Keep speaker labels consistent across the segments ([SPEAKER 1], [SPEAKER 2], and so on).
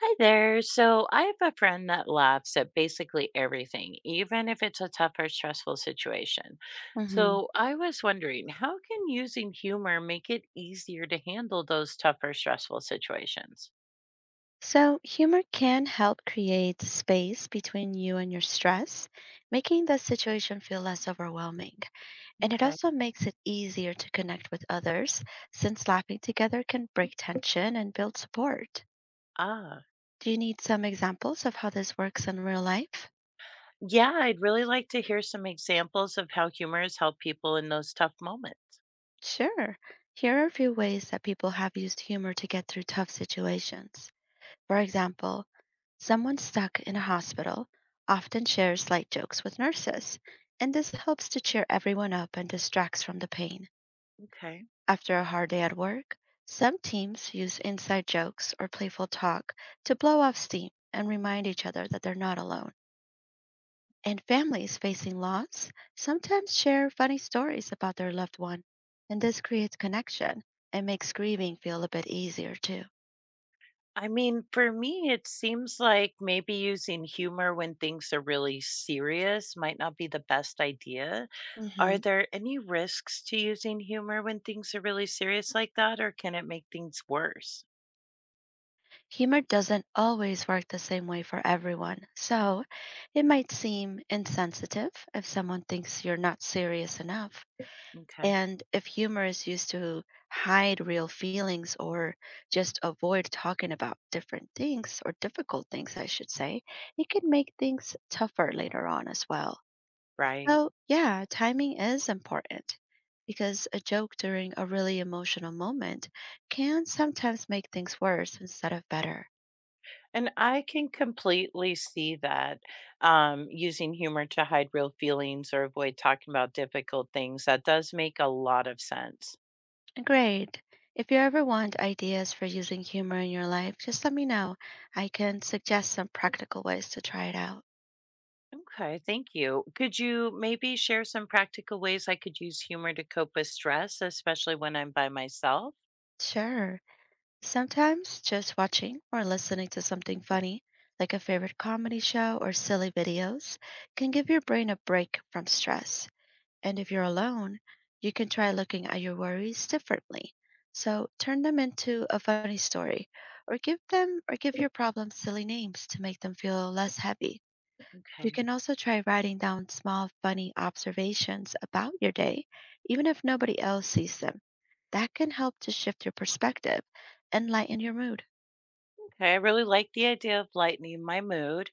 [SPEAKER 1] Hi there. So I have a friend that laughs at basically everything, even if it's a tough or stressful situation.
[SPEAKER 2] Hmm.
[SPEAKER 1] So I was wondering, how can using humor make it easier to handle those tough or stressful situations?
[SPEAKER 2] So, humor can help create space between you and your stress, making the situation feel less overwhelming. And it
[SPEAKER 1] Okay.
[SPEAKER 2] also makes it easier to connect with others, since laughing together can break tension and build support.
[SPEAKER 1] Ah,
[SPEAKER 2] Do you need some examples of how this works in real life?
[SPEAKER 1] yeah, I'd really like to hear some examples of how humor has helped people in those tough moments.
[SPEAKER 2] Sure. Here are a few ways that people have used humor to get through tough situations. For example, someone stuck in a hospital often shares light jokes with nurses, and this helps to cheer everyone up and distracts from the pain.
[SPEAKER 1] Okay.
[SPEAKER 2] After a hard day at work, some teams use inside jokes or playful talk to blow off steam and remind each other that they're not alone. And families facing loss sometimes share funny stories about their loved one, and this creates connection and makes grieving feel a bit easier too.
[SPEAKER 1] I mean, for me, it seems like maybe using humor when things are really serious might not be the best idea. Are
[SPEAKER 2] Mhm.
[SPEAKER 1] there any risks to using humor when things are really serious like that, or can it make things worse?
[SPEAKER 2] Humor doesn't always work the same way for everyone, so it might seem insensitive if someone thinks you're not serious enough.
[SPEAKER 1] Okay.
[SPEAKER 2] And if humor is used to hide real feelings or just avoid talking about different things or difficult things, I should say, it can make things tougher later on as well.
[SPEAKER 1] Right.
[SPEAKER 2] So, yeah, timing is important because a joke during a really emotional moment can sometimes make things worse instead of better.
[SPEAKER 1] And I can completely see that using humor to hide real feelings or avoid talking about difficult things, that does make a lot of sense.
[SPEAKER 2] Great. If you ever want ideas for using humor in your life, just let me know. I can suggest some practical ways to try it out.
[SPEAKER 1] Okay, thank you. Could you maybe share some practical ways I could use humor to cope with stress, especially when I'm by myself?
[SPEAKER 2] Sure. Sometimes just watching or listening to something funny, like a favorite comedy show or silly videos, can give your brain a break from stress. And if you're alone, you can try looking at your worries differently. So turn them into a funny story or give them or give your problems silly names to make them feel less heavy. You
[SPEAKER 1] Okay.
[SPEAKER 2] can also try writing down small, funny observations about your day, even if nobody else sees them. That can help to shift your perspective and lighten your mood.
[SPEAKER 1] Okay, I really like the idea of lightening my mood.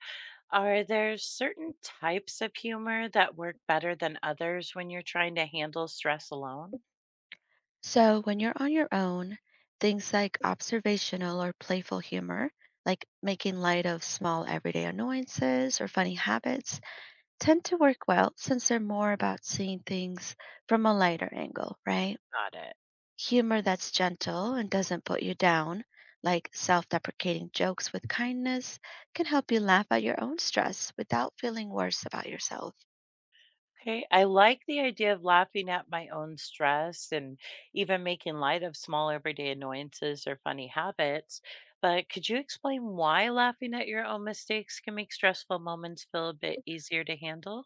[SPEAKER 1] Are there certain types of humor that work better than others when you're trying to handle stress alone?
[SPEAKER 2] So, when you're on your own, things like observational or playful humor, like making light of small everyday annoyances or funny habits, tend to work well since they're more about seeing things from a lighter angle, right?
[SPEAKER 1] Got it.
[SPEAKER 2] Humor that's gentle and doesn't put you down, like self deprecating jokes with kindness, can help you laugh at your own stress without feeling worse about yourself.
[SPEAKER 1] Okay, I like the idea of laughing at my own stress and even making light of small everyday annoyances or funny habits. But could you explain why laughing at your own mistakes can make stressful moments feel a bit easier to handle?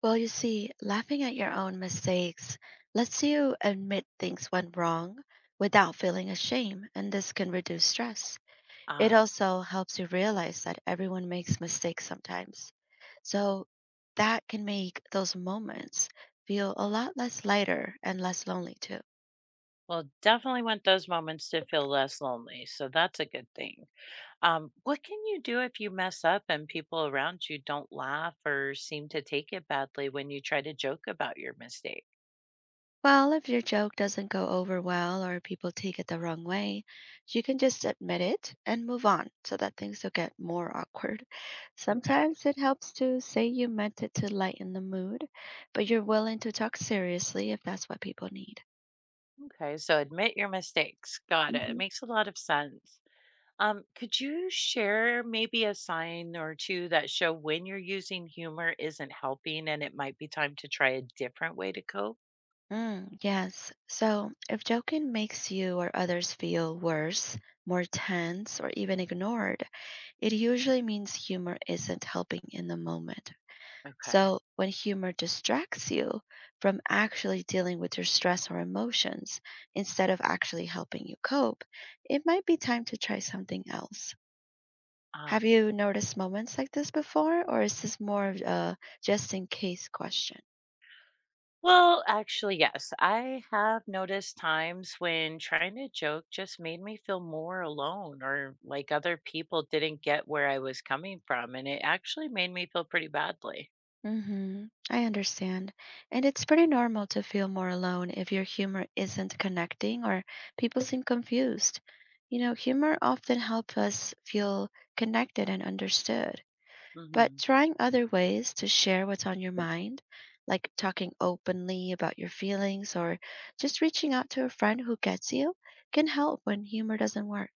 [SPEAKER 2] Well, you see, laughing at your own mistakes lets you admit things went wrong without feeling ashamed, and this can reduce stress. It
[SPEAKER 1] Ah,
[SPEAKER 2] also helps you realize that everyone makes mistakes sometimes. So that can make those moments feel a lot less lighter and less lonely too.
[SPEAKER 1] well, definitely want those moments to feel less lonely. So that's a good thing. What can you do if you mess up and people around you don't laugh or seem to take it badly when you try to joke about your mistake?
[SPEAKER 2] Well, if your joke doesn't go over well or people take it the wrong way, you can just admit it and move on so that things don't get more awkward.
[SPEAKER 1] Okay.
[SPEAKER 2] Sometimes it helps to say you meant it to lighten the mood, but you're willing to talk seriously if that's what people need.
[SPEAKER 1] Okay, so admit your mistakes. Got it.
[SPEAKER 2] Mhm.
[SPEAKER 1] Makes a lot of sense. Could you share maybe a sign or two that show when you're using humor isn't helping and it might be time to try a different way to cope?
[SPEAKER 2] Yes. So if joking makes you or others feel worse, more tense, or even ignored, it usually means humor isn't helping in the moment.
[SPEAKER 1] Okay.
[SPEAKER 2] So when humor distracts you from actually dealing with your stress or emotions instead of actually helping you cope, it might be time to try something else. Have
[SPEAKER 1] Ah.
[SPEAKER 2] you noticed moments like this before, or is this more of a just in case question?
[SPEAKER 1] Well, actually, yes. I have noticed times when trying to joke just made me feel more alone or like other people didn't get where I was coming from, and it actually made me feel pretty badly.
[SPEAKER 2] Mm-hmm. I understand. And it's pretty normal to feel more alone if your humor isn't connecting or people seem confused. You know, humor often helps us feel connected and understood. But
[SPEAKER 1] Hmm.
[SPEAKER 2] trying other ways to share what's on your mind, like talking openly about your feelings or just reaching out to a friend who gets you, can help when humor doesn't work.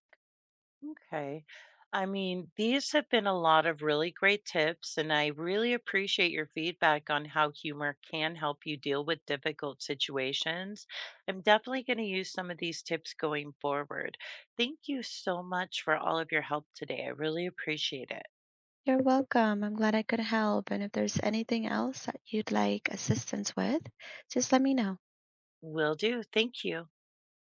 [SPEAKER 1] Okay. I mean, these have been a lot of really great tips, and I really appreciate your feedback on how humor can help you deal with difficult situations. I'm definitely going to use some of these tips going forward. Thank you so much for all of your help today. I really appreciate it.
[SPEAKER 2] You're welcome. I'm glad I could help. And if there's anything else that you'd like assistance with, just let me know.
[SPEAKER 1] Will do. Thank you.